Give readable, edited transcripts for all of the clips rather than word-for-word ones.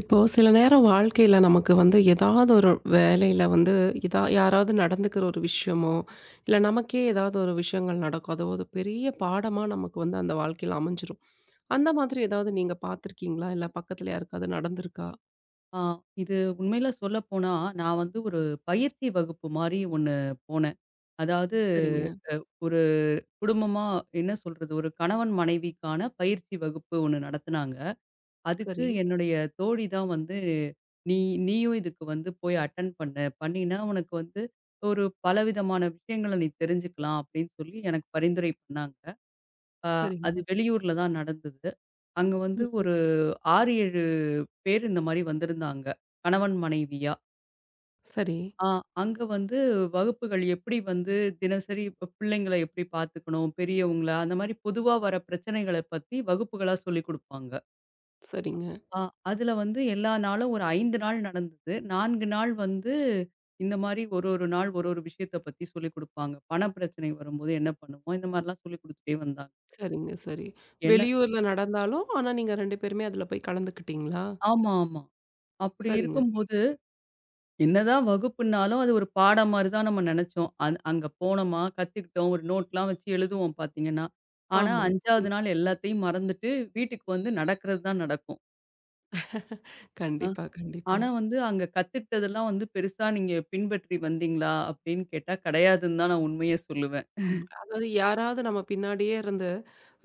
இப்போ சில நேரம் வாழ்க்கையில நமக்கு வந்து ஏதாவது ஒரு வேலையில வந்து இதா யாராவது நடந்துக்கிற ஒரு விஷயமோ, இல்ல நமக்கே ஏதாவது ஒரு விஷயங்கள் நடக்கும். அது ஒரு பெரிய பாடமா நமக்கு வந்து அந்த வாழ்க்கையில அமைஞ்சிரும். அந்த மாதிரி ஏதாவது நீங்க பார்த்துருக்கீங்களா? இல்ல பக்கத்துல யாருக்காவது நடந்திருக்கா? ஆ, இது உண்மையில சொல்லப்போனா, நான் வந்து ஒரு பயிற்சி வகுப்பு மாரி ஒண்ணு போனேன். அதாவது சரிங்க. ஒரு குடும்பமா என்ன சொல்றது? ஒரு கணவன் மனைவிக்கான பயிற்சி வகுப்பு ஒண்ணு நடத்துனாங்க. அதுக்கு சரி. என்னுடைய தோழி தான் வந்து, "நீ நீயும் இதுக்கு வந்து போய் அட்டெண்ட் பண்ணு. பண்ணினா உனக்கு வந்து ஒரு பலவிதமான விஷயங்கள நீ தெரிஞ்சுக்கலாம்." அப்படின்னு சொல்லி எனக்கு பரிந்துரை பண்ணாங்க. அ சரிங்க. அது வெளியூர்ல தான் நடந்தது. அங்க வந்து ம்ஹ்ம். ஒரு 6, 7 பேர் இந்த மாரி வந்திருந்தாங்க. கணவன் மனைவியா. சரி. ஆ அங்க வந்து வகுப்புகள் எப்படி வந்து தினசரி இப்ப பிள்ளைங்கள எப்படி பார்த்துக்கணும், பெரியவங்கள அந்த மாரி பொதுவா வர பிரச்சனைகள பத்தி வகுப்புகளா சொல்லிக் குடுப்பாங்க. சரிங்க. ஆ அதுல வந்து எல்லா நாளும் ஒரு 5 நாள் நடந்தது. 4 நாள் வந்து இந்த மாரி ஒரு ஒரு நாள் ஒரு ஒரு விஷயத்த பத்தி சொல்லிக் குடுப்பாங்க. பண பிரச்சனை வரும்போது என்ன பண்ணுவோம்? இந்த மாரிலாம் சொல்லிக் குடுத்துட்டே வந்தாங்க. சரிங்க, சரி. என்ன வெளியூர்ல நடந்தாலும், ஆனா நீங்க 2 பேருமே அதுல போய் கலந்துக்கிட்டீங்களா? ஆமா, ஆமா. அப்படி சரிங்க. இருக்கும் போது என்னதான் வகுப்புன்னாலும், அது ஒரு பாடம் மாரி தான் நம்ம நெனச்சோம். அங்க போனோமா, கத்துக்கிட்டோம். ஒரு நோட்லாம் வச்சு எழுதுவோம் பாத்தீங்கன்னா. ஆனா ஆமா. 5ஆவது ம். நாள் எல்லாத்தையும் மறந்துட்டு, வீட்டுக்கு வந்து நடக்கிறது தான் நடக்கும். அ கண்டிப்பா, கண்டிப்பா. ஆனா வந்து அங்க கத்துக்கிட்டதெல்லாம் வந்து பெருசா நீங்க பின்பற்றி வந்தீங்களா? அப்படின்னு கேட்டா, கிடையாதுன்னு தான் நான் உண்மைய சொல்லுவேன். ஆமா. அதாவது யாராவது நம்ம பின்னாடியே இருந்து,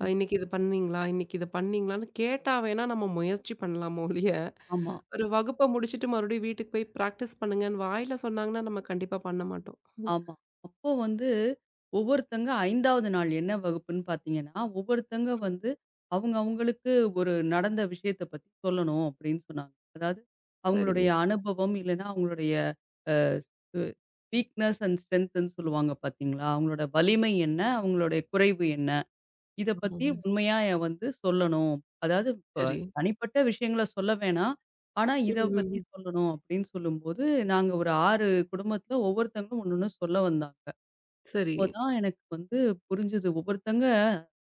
இன்னைக்கு இது பண்ணீங்களா? இன்னைக்கு இத பண்ணீங்களான்னு கேட்டா வேணா நம்ம முயற்சி பண்ணலாமே ஒழிய, ஆமா. ஒரு வகுப்ப முடிச்சுட்டு மறுபடியும் வீட்டுக்கு போய் பிராக்டிஸ் பண்ணுங்கன்னு வாயில சொன்னாங்கன்னா, நம்ம கண்டிப்பா பண்ண மாட்டோம். ம், ஆமா. அப்போ வந்து ஒவ்வொருத்தங்க 5ஆவது நாள் என்ன வகுப்புன்னு பார்த்தீங்கன்னா, ஒவ்வொருத்தங்க ம். வந்து அவங்க அவங்களுக்கு ஒரு நடந்த விஷயத்த பத்தி சொல்லணும் அப்படின்னு சொன்னாங்க. அதாவது சரிங்க. அவங்களுடைய அனுபவம் இல்லைன்னா அவங்களுடைய அ வீக்னஸ் அண்ட் ஸ்ட்ரென்த்ன்னு சொல்லுவாங்க பார்த்தீங்களா? அவங்களோட வலிமை என்ன? அவங்களுடைய குறைவு என்ன? இத பத்தி ஆமாங்க. உண்மையா வந்து சொல்லணும். அதாவது இப்ப சரி. தனிப்பட்ட விஷயங்கள சொல்ல வேணாம். ஆனா இத ம், ம். பத்தி ம். சொல்லணும் அப்படின்னு சொல்லும்போது, நாங்க ஒரு 6 குடும்பத்தில ஒவ்வொருத்தங்களும் ஒண்ணொண்ணு சொல்ல வந்தாங்க. சரி. அப்போதான் எனக்கு வந்து புரிஞ்சது. ஒவ்வொருத்தங்க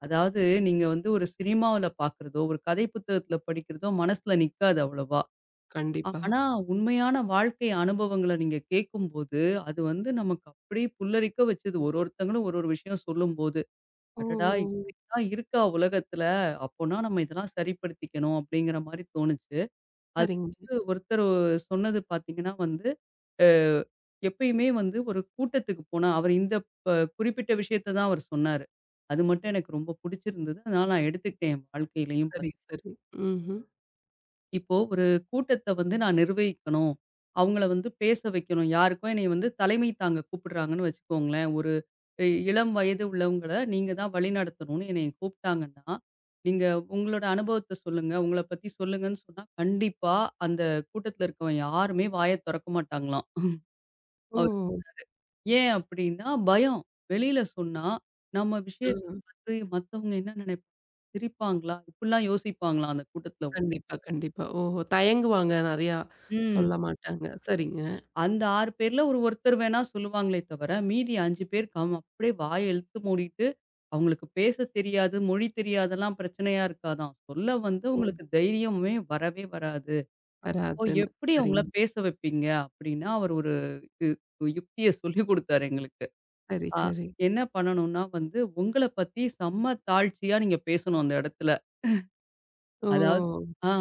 அதாவது நீங்க வந்து ஒரு சினிமாவுல பார்க்கிறதோ, ஒரு கதை புத்தகத்துல படிக்கிறதோ மனசுல நிக்காது அவ்வளவா. கண்டிப்பா. ஆனா உண்மையான வாழ்க்கை அனுபவங்கள நீங்க கேட்கும்போது, அது வந்து நமக்கு அப்படியே புல்லரிக்க வச்சது. ஒரு ஒருத்தங்களும் ஒரு ஒரு விஷயம் சொல்லும்போது. அடடா! ஓஹோ! இப்படிலாம் இருக்கா உலகத்துல. அப்போனா நம்ம இதெல்லாம் சரிப்படுத்திக்கணும் அப்படிங்கிற மாரி தோணுச்சு. அது சரிங்க. வந்து ஒருத்தர் சொன்னது பார்த்தீங்கன்னா வந்து, அ எப்பயுமே வந்து ஒரு கூட்டத்துக்கு போனா அவர் இந்த ப குறிப்பிட்ட விஷயத்த தான் அவர் சொன்னாரு. அது மட்டும் எனக்கு ரொம்ப புடிச்சிருந்தது. அதனால நான் எடுத்துக்கிட்டேன் என் வாழ்க்கையிலயும் சரி, பார்த்தீங்கன்னா. சரி. ம்ஹ்ம். இப்போ ஒரு கூட்டத்த வந்து நான் நிர்வகிக்கணும். அவங்கள வந்து பேச வைக்கணும். யாருக்கோ என்னைய வந்து தலைமை தாங்க கூப்பிடுறாங்கன்னு வச்சுக்கோங்களேன். ஒரு இளம் வயது உள்ளவங்கள நீங்க தான் வழிநடத்தணும்னு என்னைய கூப்பிட்டாங்கன்னா, நீங்க உங்களோட அனுபவத்த சொல்லுங்க. உங்கள பத்தி சொல்லுங்கன்னு சொன்னா, கண்டிப்பா அந்த கூட்டத்துல இருக்கவன் யாருமே வாய தொறக்க மாட்டாங்களாம். ஓ! அவர் ஏன் அப்படின்னா, பயம். வெளியில சொன்னா, நம்ம ஆ. விஷயத்த பார்த்து மத்தவங்க என்ன நினைப்பாங்க? சிரிப்பாங்களா? இப்படிலாம் யோசிப்பாங்களாம் அந்த கூட்டத்துல உள்ள. கண்டிப்பா, கண்டிப்பா. ஓஹோ! தயங்குவாங்க நெறையா. ம். சொல்ல மாட்டாங்க. சரிங்க. அந்த 6 பேர்ல ஒரு ஒருத்தர் வேணா சொல்லுவாங்களே தவிர, மீதி 5 பேர் கம் அப்படியே வாய இழுத்து மூடிட்டு, அவங்களுக்கு பேச தெரியாது, மொழி தெரியாதெல்லாம் பிரச்சனையா இருக்காதாம். சொல்ல வந்து ஓ! உங்களுக்கு தைரியமே வரவே வராது. "ஓ! வராதுன்னு. எப்படி அவங்கள சரிங்க. பேச வைப்பீங்க?" அப்படின்னா, அவர் ஒரு யு யுக்திய சொல்லிக் குடுத்தாரு எங்களுக்கு. சரி, அ சரி. என்ன பண்ணணும்னா வந்து, உங்கள பத்தி செம்ம தாழ்ச்சியா நீங்க பேசணும் அந்த இடத்துல. அதாவது ஓ! ஆ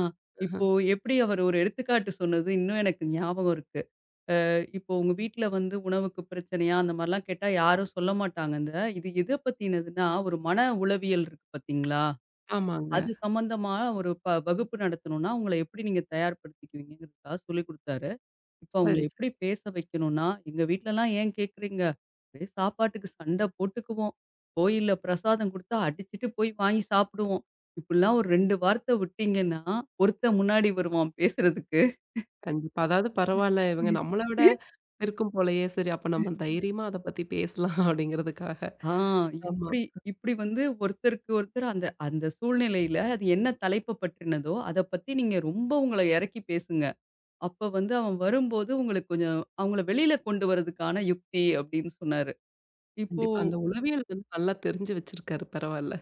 அஹ. இப்போ எப்படி அவர் ஒரு எடுத்துக்காட்டு சொன்னது இன்னும் எனக்கு ஞாபகம் இருக்கு. இப்போ உங்க வீட்ல வந்து உணவுக்கு பிரச்சனையா? அந்த மாரிலாம் கேட்டா யாரும் சொல்ல மாட்டாங்கங்க. இது எத பத்தினதுன்னா, ஒரு மன உளவியல் இருக்கு பார்த்தீங்களா? ஆமாங்க. அது சம்மந்தமா ஒரு வகுப்பு நடத்தணும்னா, உங்கள எப்படி நீங்க தயார்படுத்திக்குவீங்கங்கிறதுக்காக சொல்லிக் குடுத்தாரு. இப்போ அவங்கள சரி, சரி. எப்படி பேச வைக்கணும்னா, எங்க வீட்லலாம் ஏன் கேட்குறீங்க? ஒரே சாப்பாட்டுக்கு சண்டை போட்டுக்குவோம். கோயில்ல பிரசாதம் குடுத்தா அடிச்சுட்டு போய் வாங்கி சாப்பிடுவோம். இப்படிலாம் ஒரு 2 வார்த்தை விட்டீங்கன்னா, ஒருத்தன் முன்னாடி வருவான் பேசுறதுக்கு. கண்டிப்பா. அதாவது பரவால்ல இவங்க நம்மள விட இருக்கும் போலயே, சரி அப்ப நம்ம தைரியமா அத பத்தி பேசலாம் அப்படிங்கிறதுக்காக. ஆ ஆமா. இப்படி இப்படி வந்து ஒருத்தருக்கு ஒருத்தர் அந்த அந்த சூழ்நிலையில அது என்ன தலைப்ப பற்றினதோ அத பத்தி நீங்க ரொம்ப உங்கள இறக்கி பேசுங்க. அப்ப வந்து அவன் வரும்போது உங்களுக்கு கொஞ்சம் அவங்கள வெளியில கொண்டு வரதுக்கான யுக்தி அப்படின்னு சொன்னாரு. இப்போ கண்டிப்பா. அந்த உளவியல் வந்து நல்லா தெரிஞ்சு வச்சிருக்காரு. பரவால்ல.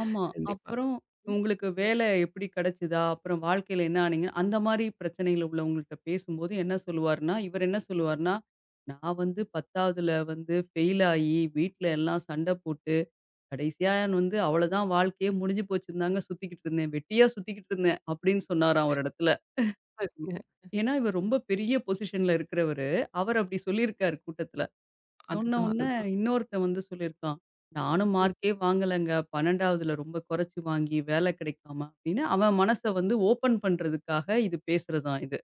ஆமா. கண்டிப்பா. அப்புறம் ம். உங்களுக்கு வேலை எப்படி கிடைச்சதா? அப்புறம் வாழ்க்கையில என்ன ஆனீங்க? அந்த மாரி பிரச்சனைகள் உள்ளவங்கள்ட்ட பேசும்போது என்ன சொல்லுவாருன்னா, இவர் என்ன சொல்லுவாருன்னா, நான் வந்து 10ஆவதுல வந்து ஃபெயில் ஆயி வீட்ல எல்லாம் சண்ட போட்டு கடைசியா நான் வந்து அவ்வளோதான் வாழ்க்கையே முடிஞ்சு போச்சுன்னு தாங்க சுத்திக்கிட்டு இருந்தேன். வெட்டியா சுத்திக்கிட்டு இருந்தேன் அப்படின்னு சொன்னாராம் ஒரு இடத்துல. சரிங்க. ஏன்னா, இவர் ரொம்ப பெரிய பொசிஷன்ல இருக்கிறவரு. அவர் அப்படி சொல்லியிருக்காரு கூட்டத்துல. சொன்ன அதுதான், உடனே அதுதான். இன்னொருத்தன் வந்து சொல்லியிருக்கான். நானும் ம். மார்க்கே வாங்கலங்க. 12ஆவதுல ரொம்ப குறைச்சு வாங்கி வேலை கிடைக்காம அப்படின்னு அவன் மனச வந்து ஓப்பன் பண்றதுக்காக இது பேசுறதாம் இது.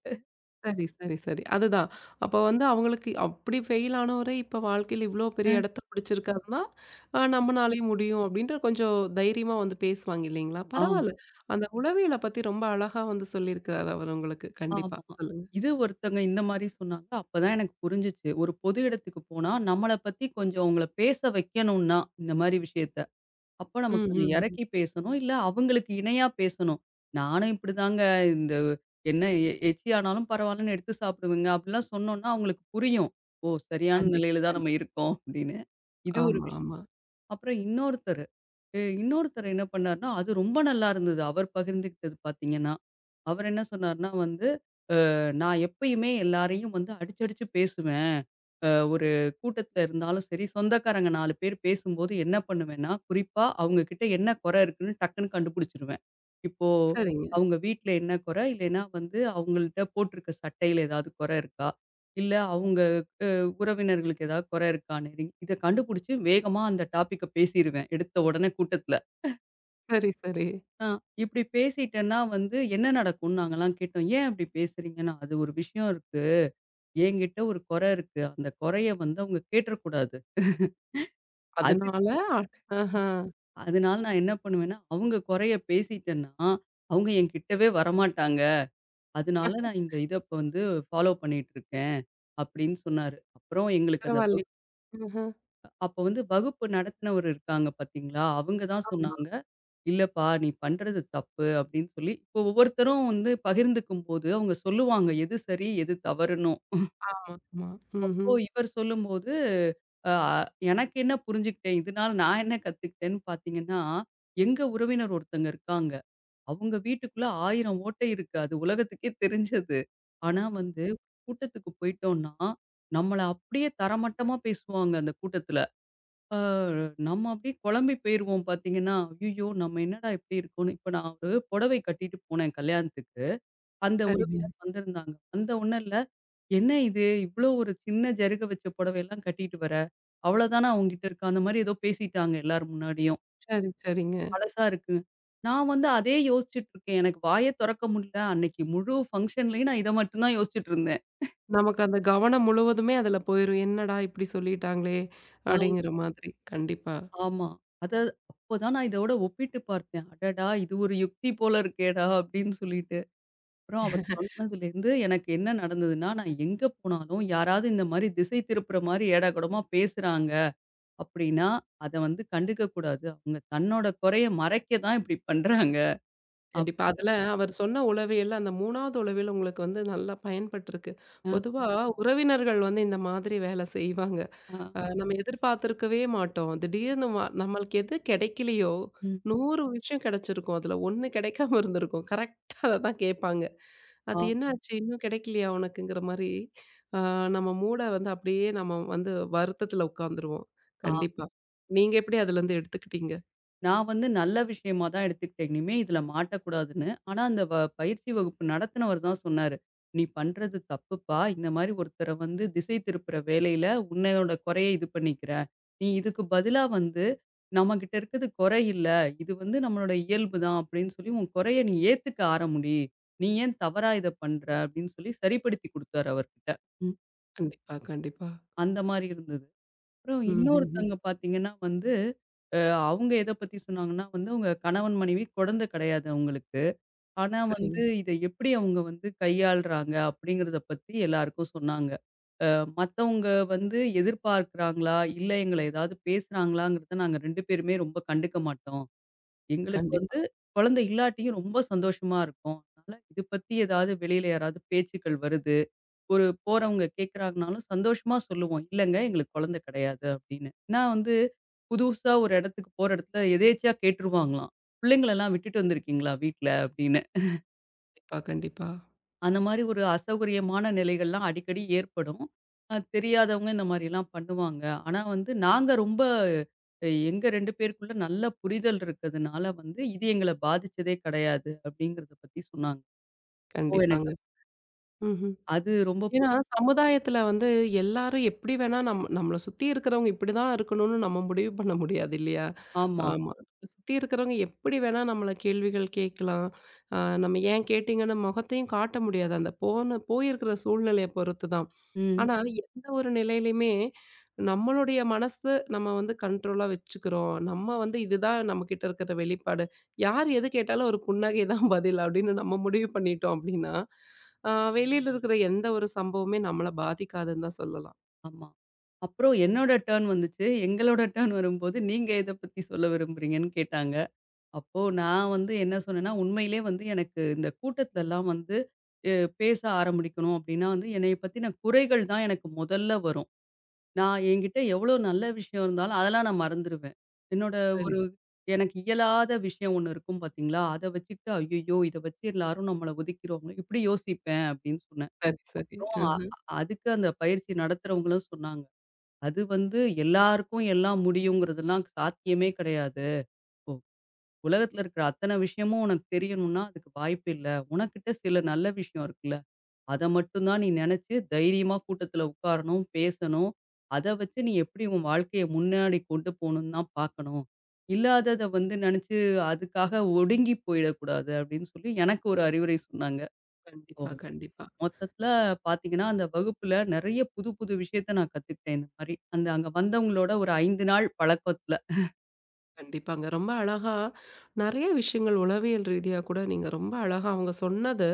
சரி, சரி, சரி. அதுதான். அப்ப வந்து அவங்களுக்கு அப்படி ஃபெயில் ஆனவரே இப்ப வாழ்க்கையில இவ்ளோ பெரிய அ. இடத்த பிடிச்சிருக்காருன்னா, நம்மனாலயும் முடியும் அப்படின்ற கொஞ்சம் தைரியமா வந்து பேசுவாங்க இல்லைங்களா? ஆ பரவால்ல. அந்த உளவியல பத்தி ரொம்ப அழகா வந்து சொல்லியிருக்கிறாரு அவர் உங்களுக்கு. கண்டிப்பா. ஆமா. சொல்லுங்க. இது ஒருத்தங்க இந்த மாரி சொன்னாங்க. அப்பதான் எனக்கு புரிஞ்சுச்சு. ஒரு பொது இடத்துக்கு போனா நம்மள பத்தி கொஞ்சம் அவங்கள பேச வைக்கணும்னா இந்த மாரி விஷயத்த. அப்போ நம்ம ம், கொஞ்சம் ம், ம். இறக்கி பேசணும். இல்ல அவங்களுக்கு இணையா பேசணும். நானும் இப்படிதாங்க இந்த என்ன எச்சி ஆனாலும் பரவாயில்லன்னு எடுத்து சாப்பிடுவேங்க. அப்படிலாம் சொன்னோம்னா அவங்களுக்கு புரியும். ஓ! சரியான கண்டிப்பா, நிலையில தான் கண்டிப்பா. நம்ம இருக்கோம் அப்படின்னு. இது ஒரு ஆமா, விஷயம். ஆமா. அப்புறம் இன்னொருத்தரு இன்னொருத்தர் என்ன பண்ணாருன்னா, அது ரொம்ப நல்லா இருந்தது. அவர் பகிர்ந்துக்கிட்டது பார்த்தீங்கன்னா. அவர் என்ன சொன்னாருன்னா வந்து நான் எப்பயுமே எல்லாரையும் வந்து அடிச்சு அடிச்சு பேசுவேன். அ ஒரு கூட்டத்துல இருந்தாலும் சரி, சொந்தக்காரங்க 4 பேர் பேசும்போது என்ன பண்ணுவேன்னா, குறிப்பா அவங்க கிட்ட என்ன குறை இருக்குன்னு டக்குன்னு கண்டுபிடிச்சுருவேன். இப்போ சரிங்க. அவங்க வீட்ல என்ன குறை? இல்லைன்னா வந்து அவங்கள்ட்ட போட்டிருக்க சட்டையில ஏதாவது குறை இருக்கா? இல்ல அவங்க உறவினர்களுக்கு ஏதாவது குறை இருக்கான்னு இத கண்டுபிடிச்சு வேகமா அந்த டாபிக்க பேசிருவேன். எடுத்த உடனே கூட்டத்துல. சரி, சரி. அ இப்படி பேசிட்டேன்னா வந்து என்ன நடக்கும்னு நாங்கலாம் கேட்டோம். "ஏன் அப்படி பேசுறீங்கன்னா, அது ஒரு விஷயம் இருக்கு. என்கிட்ட ஒரு குறை இருக்கு. அந்த குறைய வந்து அவங்க கேட்றக்கூடாது. அது அதனால ஆஹா. அதனால நான் என்ன பண்ணுவேன்னா, அவங்க குறைய பேசிட்டேன்னா, அவங்க என்கிட்டவே வரமாட்டாங்க. அதனால நான் இந்த இத இப்ப வந்து ஃபாலோ பண்ணிட்டு இருக்கேன். அப்படின்னு சொன்னாரு. அப்புறம் எங்களுக்கு அந்த பரவால்லையே. ம்ஹ்ம். அப்ப வந்து வகுப்பு நடத்துனவர் இருக்காங்க பார்த்தீங்களா, அவங்க தான் ஆமா, சொன்னாங்க, "இல்லப்பா நீ பண்றது தப்பு" அப்படின்னு சொல்லி இப்போ ஒவ்வொருத்தரும் வந்து பகிர்ந்துக்கும்போது அவங்க சொல்லுவாங்க எது சரி, எது தவறுன்னும். ஆமா, ஆமா. அப்போ ம்ஹ்ம். இவர் சொல்லும்போது, அ எனக்கு என்ன புரிஞ்சுக்கிட்டேன், இதனால நான் என்ன கத்துக்கிட்டேன்னு பார்த்தீங்கன்னா, எங்க உறவினர் ஒருத்தங்க இருக்காங்க. அவங்க வீட்டுக்குள்ள 1000 ஓட்டை இருக்கு. அது உலகத்துக்கே தெரிஞ்சது. ஆனா வந்து கூட்டத்துக்கு போயிட்டோம்னா, நம்மள அப்படியே தரமட்டமா பேசுவாங்க அந்த கூட்டத்துல. அ நம்ம அப்படியே குழம்பி போயிருவோம் பார்த்தீங்கன்னா, ஐயய்யோ! நம்ம என்னடா இப்படி இருக்கோம்னு. இப்ப நான் ஒரு புடவை கட்டிட்டு போனேன் கல்யாணத்துக்கு. அந்த சரிங்க. உறவினர் வந்திருந்தாங்க. வந்த உடனே என்ன இது? இவ்ளோ ஒரு சின்ன ஜருக வச்ச புடவையெல்லாம் கட்டிட்டு வர. அவ்வளோதானா உன்கிட்ட இருக்கு? அந்த மாரி ஏதோ பேசிட்டாங்க எல்லார் முன்னாடியும். சரி, சரிங்க. பழசா இருக்கு. நான் வந்து அதே யோசிச்சுட்டு இருக்கேன். எனக்கு வாயே தொறக்க முடியல. அன்னைக்கு முழு ஃபங்ஷன்லயும் நான் இத மட்டும் தான் யோசிச்சுட்டு இருந்தேன். நமக்கு அந்த கவனம் முழுவதுமே அதுல போயிரும். "என்னடா இப்படி சொல்லிட்டாங்களே!" ஆ அப்படிங்கிற மாதிரி. கண்டிப்பா, ஆமா. அத அப்பதான் நான் இதோட ஒப்பிட்டு பார்த்தேன். அடடா! இது ஒரு யுக்தி போல இருக்கேடா! அப்படின்னு சொல்லிட்டு. அப்புறம் அவர் சொன்னதுலேருந்து எனக்கு என்ன நடந்ததுன்னா, நான் எங்க போனாலும் யாராவது இந்த மாரி திசை திருப்புற மாரி ஏடாகூடமா பேசுறாங்க. அப்டின்னா, அத வந்து கண்டுக்க கூடாது. அவங்க தன்னோட குறைய மறைக்க தான் இப்டி பண்றாங்க. கண்டிப்பா. அப்டின்னு அதுல அவர் சொன்ன உளவியல் அந்த 3வது உளவியல் உங்களுக்கு வந்து நல்லா பயன்பட்டுருக்கு. அ, பொதுவா உறவினர்கள் வந்து இந்த மாதிரி வேலை செய்வாங்க. ஆ, நம்ம எதிர்பார்த்திருக்கவே மாட்டோம். திடீர்னு நம்மளுக்கு எது கிடைக்கலையோ, ம். 100 விஷயம் கிடைச்சிருக்கும். அதுல 1 கிடைக்காம இருந்திருக்கும். கரெக்ட்டா அததான் கேட்பாங்க. அது ஆ, என்னாச்சு இன்னும் கிடைக்கலையா உனக்குங்கிற மாரி, அ நம்ம மூட வந்து அப்படியே நம்ம வந்து வருத்தத்துல உட்காந்துருவோம். ஆ. கண்டிப்பா. நீங்க எப்படி அதுலருந்து எடுத்துக்கிட்டீங்க? நான் வந்து நல்ல விஷயமா தான் எடுத்துக்கிட்டேன். இனிமே இதுல மாட்டக்கூடாதுன்னு. ஆனா, அந்த பயிற்சி வகுப்பு நடத்துனவர் தான் சொன்னாரு. "நீ பண்றது தப்புப்பா. இந்த மாரி ஒருத்தர வந்து திசை திருப்புற வேலையில உன்னையோட குறைய இது பண்ணிக்கிற. நீ இதுக்கு பதிலா வந்து நம்மகிட்ட இருக்கிறது குறை இல்ல. இது வந்து நம்மளோட இயல்பு தான்" அப்படின்னு சொல்லி, "உன் குறைய நீ ஏத்துக்க ஆரம்பி. நீ ஏன் தவறா இத பண்ற?" அப்படின்னு சொல்லி சரிப்படுத்தி குடுத்தாரு அவர்கிட்ட. ம். கண்டிப்பா, கண்டிப்பா. அந்த மாரி இருந்தது. அப்புறம் ம், ம், ம். இன்னொருத்தவங்க பார்த்தீங்கன்னா வந்து, அ அவங்க எத பத்தி சொன்னாங்கன்னா வந்து, அவங்க கணவன், மனைவி குழந்தை கிடையாது அவங்களுக்கு. ஆனா வந்து சரிங்க. இத எப்படி அவங்க வந்து கையாள்றாங்க அப்படிங்கிறத பத்தி எல்லாருக்கும் சொன்னாங்க. அ மத்தவங்க வந்து எதிர்பார்க்கிறாங்களா? இல்ல எங்கள ஏதாவது பேசுறாங்களாங்கிறத நாங்க 2 பேருமே ரொம்ப கண்டுக்க மாட்டோம். எங்களுக்கு கண்டிப்பா, வந்து குழந்தை இல்லாட்டியும் ரொம்ப சந்தோஷமா இருக்கோம். அதனால இது பத்தி ஏதாவது வெளியில யாராவது பேச்சுக்கள் வருது. ஒரு போறவங்க கேட்குறாங்கனாலும் சந்தோஷமா சொல்லுவோம். "இல்லங்க, எங்களுக்கு குழந்தை கிடையாது" அப்படின்னு. நான் வந்து புதுசா ஒரு இடத்துக்கு போற இடத்துல எதேர்ச்சியா கேட்டுருவாங்களாம். "பிள்ளைங்களெல்லாம் விட்டுட்டு வந்திருக்கீங்களா வீட்ல?" அப்படின்னு. கண்டிப்பா, கண்டிப்பா. அந்த மாரி ஒரு அசௌகரியமான நிலைகள்லாம் அடிக்கடி ஏற்படும். தெரியாதவங்க இந்த மாரிலாம் பண்ணுவாங்க. ஆனா வந்து நாங்க ரொம்ப எங்க 2 பேருக்குள்ள நல்ல புரிதல் இருக்கிறதுனால வந்து, இது எங்கள பாதிச்சதே கிடையாது அப்படிங்கிறத பத்தி சொன்னாங்க. ஓ! எனக்கு கண்டிப்பாங்க. ம்ஹ்ம். அது ரொம்ப ஏன்னா, புடிச்சு சமுதாயத்துல வந்து எல்லாரும் எப்படி வேணா நம்மள சுத்தி இருக்கிறவங்க இப்படிதான் இருக்கணும்னு நம்ம முடிவு பண்ண முடியாது இல்லையா? ஆமா. ஆமா. சுத்தி இருக்கிறவங்க எப்படி வேணா நம்மள கேள்விகள் கேட்கலாம். அ நம்ம ஏன் கேட்டீங்கன்னு முகத்தையும் காட்ட முடியாது. அந்த போன போயிருக்கிற சூழ்நிலைய பொறுத்து தான். ம். ஆனா, எந்த ஒரு நிலையிலயுமே நம்மளுடைய மனசு நம்ம வந்து கண்ட்ரோலா வச்சுக்கிறோம். நம்ம வந்து இதுதான் நம்மகிட்ட இருக்கிற வெளிப்பாடு. யார் எது கேட்டாலும் ஒரு புன்னகை தான் பதில் அப்படின்னு நம்ம முடிவு பண்ணிட்டோம் அப்படின்னா, அ வெளியில இருக்கிற எந்த ஒரு சம்பவமே நம்மள பாதிக்காதுன்னு தான் சொல்லலாம். ஆமா. அப்புறம் என்னோட டர்ன் வந்துச்சு. எங்களோட டர்ன் வரும்போது, "நீங்க எத பத்தி சொல்ல விரும்புறீங்கன்னு?" கேட்டாங்க. அப்போ நான் வந்து என்ன சொன்னேன்னா, உண்மையிலே வந்து எனக்கு இந்த கூட்டத்துலலாம் வந்து அ பேச ஆரம்பிக்கணும் அப்டின்னா வந்து, என்னைய பத்தின குறைகள் தான் எனக்கு முதல்ல வரும். நான் என்கிட்ட எவ்வளோ நல்ல விஷயம் இருந்தாலும், அதெல்லாம் நான் மறந்துருவேன். என்னோட சரி, ஒரு எனக்கு இயலாத விஷயம் ஒண்ணு இருக்கும் பார்த்தீங்களா? அத வச்சுக்கிட்டு, "ஐயய்யோ! இத வச்சு எல்லாரும் நம்மள ஒதுக்கிருவாங்களோ" இப்டி யோசிப்பேன் அப்டின்னு சொன்னேன். சரி, சரி. அப்புறம் அ அஹ. அ- அதுக்கு அந்த பயிற்சி நடத்துறவங்களும் சொன்னாங்க. அது வந்து எல்லாருக்கும் எல்லாம் முடியுங்கிறதெல்லாம் சாத்தியமே கிடையாது. உ உலகத்துல இருக்கிற அத்தன விஷயமும் உனக்கு தெரியணும்னா, அதுக்கு வாய்ப்பு இல்ல. உனக்கிட்ட சில நல்ல விஷயம் இருக்குல்ல. அத மட்டும் தான் நீ நெனச்சு தைரியமா கூட்டத்துல உட்காரணும், பேசணும். அத வச்சு நீ எப்படி உன் வாழ்க்கைய முன்னாடி கொண்டு போணும்னு தான் பார்க்கணும். இல்லாதத வந்து நெனச்சு அதுக்காக ஒடுங்கி போயிடக்கூடாது அப்படின்னு சொல்லி எனக்கு ஒரு அறிவுரை சொன்னாங்க. கண்டிப்பா, கண்டிப்பா. மொத்தத்துல பார்த்தீங்கன்னா, அந்த வகுப்புல நெறைய புது புது விஷயத்த நான் கத்துக்கிட்டேன் இந்த மாரி. அந்த அங்க வந்தவங்களோட ஒரு 5 நாள் பழக்கத்துல. கண்டிப்பாங்க. ரொம்ப அழகா நெறைய விஷயங்கள் உளவியல் ரீதியா கூட நீங்க ரொம்ப அழகா அவங்க சொன்னது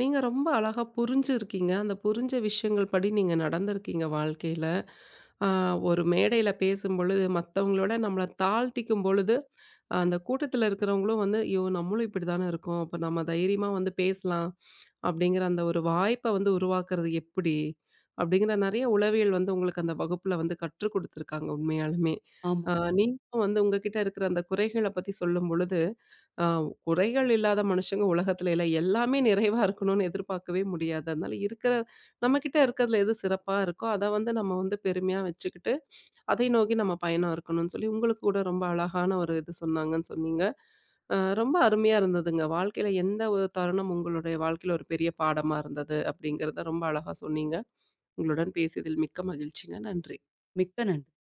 நீங்க ரொம்ப அழகா புரிஞ்சிருக்கீங்க. அந்த புரிஞ்ச விஷயங்கள் படி நீங்க நடந்திருக்கீங்க வாழ்க்கையில. ஆ ஒரு மேடையில பேசும்பொழுது, மத்தவங்களோட நம்மள தாழ்த்திக்கும் பொழுது, அந்த கூட்டத்தில இருக்கிறவங்களும் வந்து, "ஐயோ! நம்மளும் இப்படிதானே இருக்கோம். அப்ப நம்ம தைரியமா வந்து பேசலாம்." அப்படிங்கிற அந்த ஒரு வாய்ப்ப வந்து உருவாக்குறது எப்படி? அப்படிங்கிற நெறைய உளவியல் வந்து உங்களுக்கு அந்த வகுப்புல வந்து கற்றுக் குடுத்துருக்காங்க உண்மையாலுமே. ஆமா. ஆ நீங்களும் வந்து உங்க கிட்ட இருக்கிற அந்த குறைகள பத்தி சொல்லும்பொழுது, ஆ குறைகள் இல்லாத மனுஷங்க உலகத்துல இல்ல. எல்லாமே நிறைவா இருக்கணும்னு எதிர்பார்க்கவே முடியாது. அதனால இருக்கிற நம்மகிட்ட இருக்கிறதுல எது சிறப்பா இருக்கோ, அத வந்து நம்ம வந்து பெருமையா வச்சுக்கிட்டு, அதை நோக்கி நம்ம பயணம் இருக்கணும்னு சொல்லி, உங்களுக்கு கூட ரொம்ப அழகான ஒரு இது சொன்னாங்கன்னு சொன்னீங்க. ரொம்ப அருமையா இருந்ததுங்க. வாழ்க்கையில எந்த ஒரு தருணம் உங்களுடைய வாழ்க்கையில ஒரு பெரிய பாடமா இருந்தது அப்படிங்கிறத ரொம்ப அழகா சொன்னீங்க. உங்களுடன் பேசியதில் மிக்க மகிழ்ச்சிங்க. நன்றி. மிக்க நன்றி.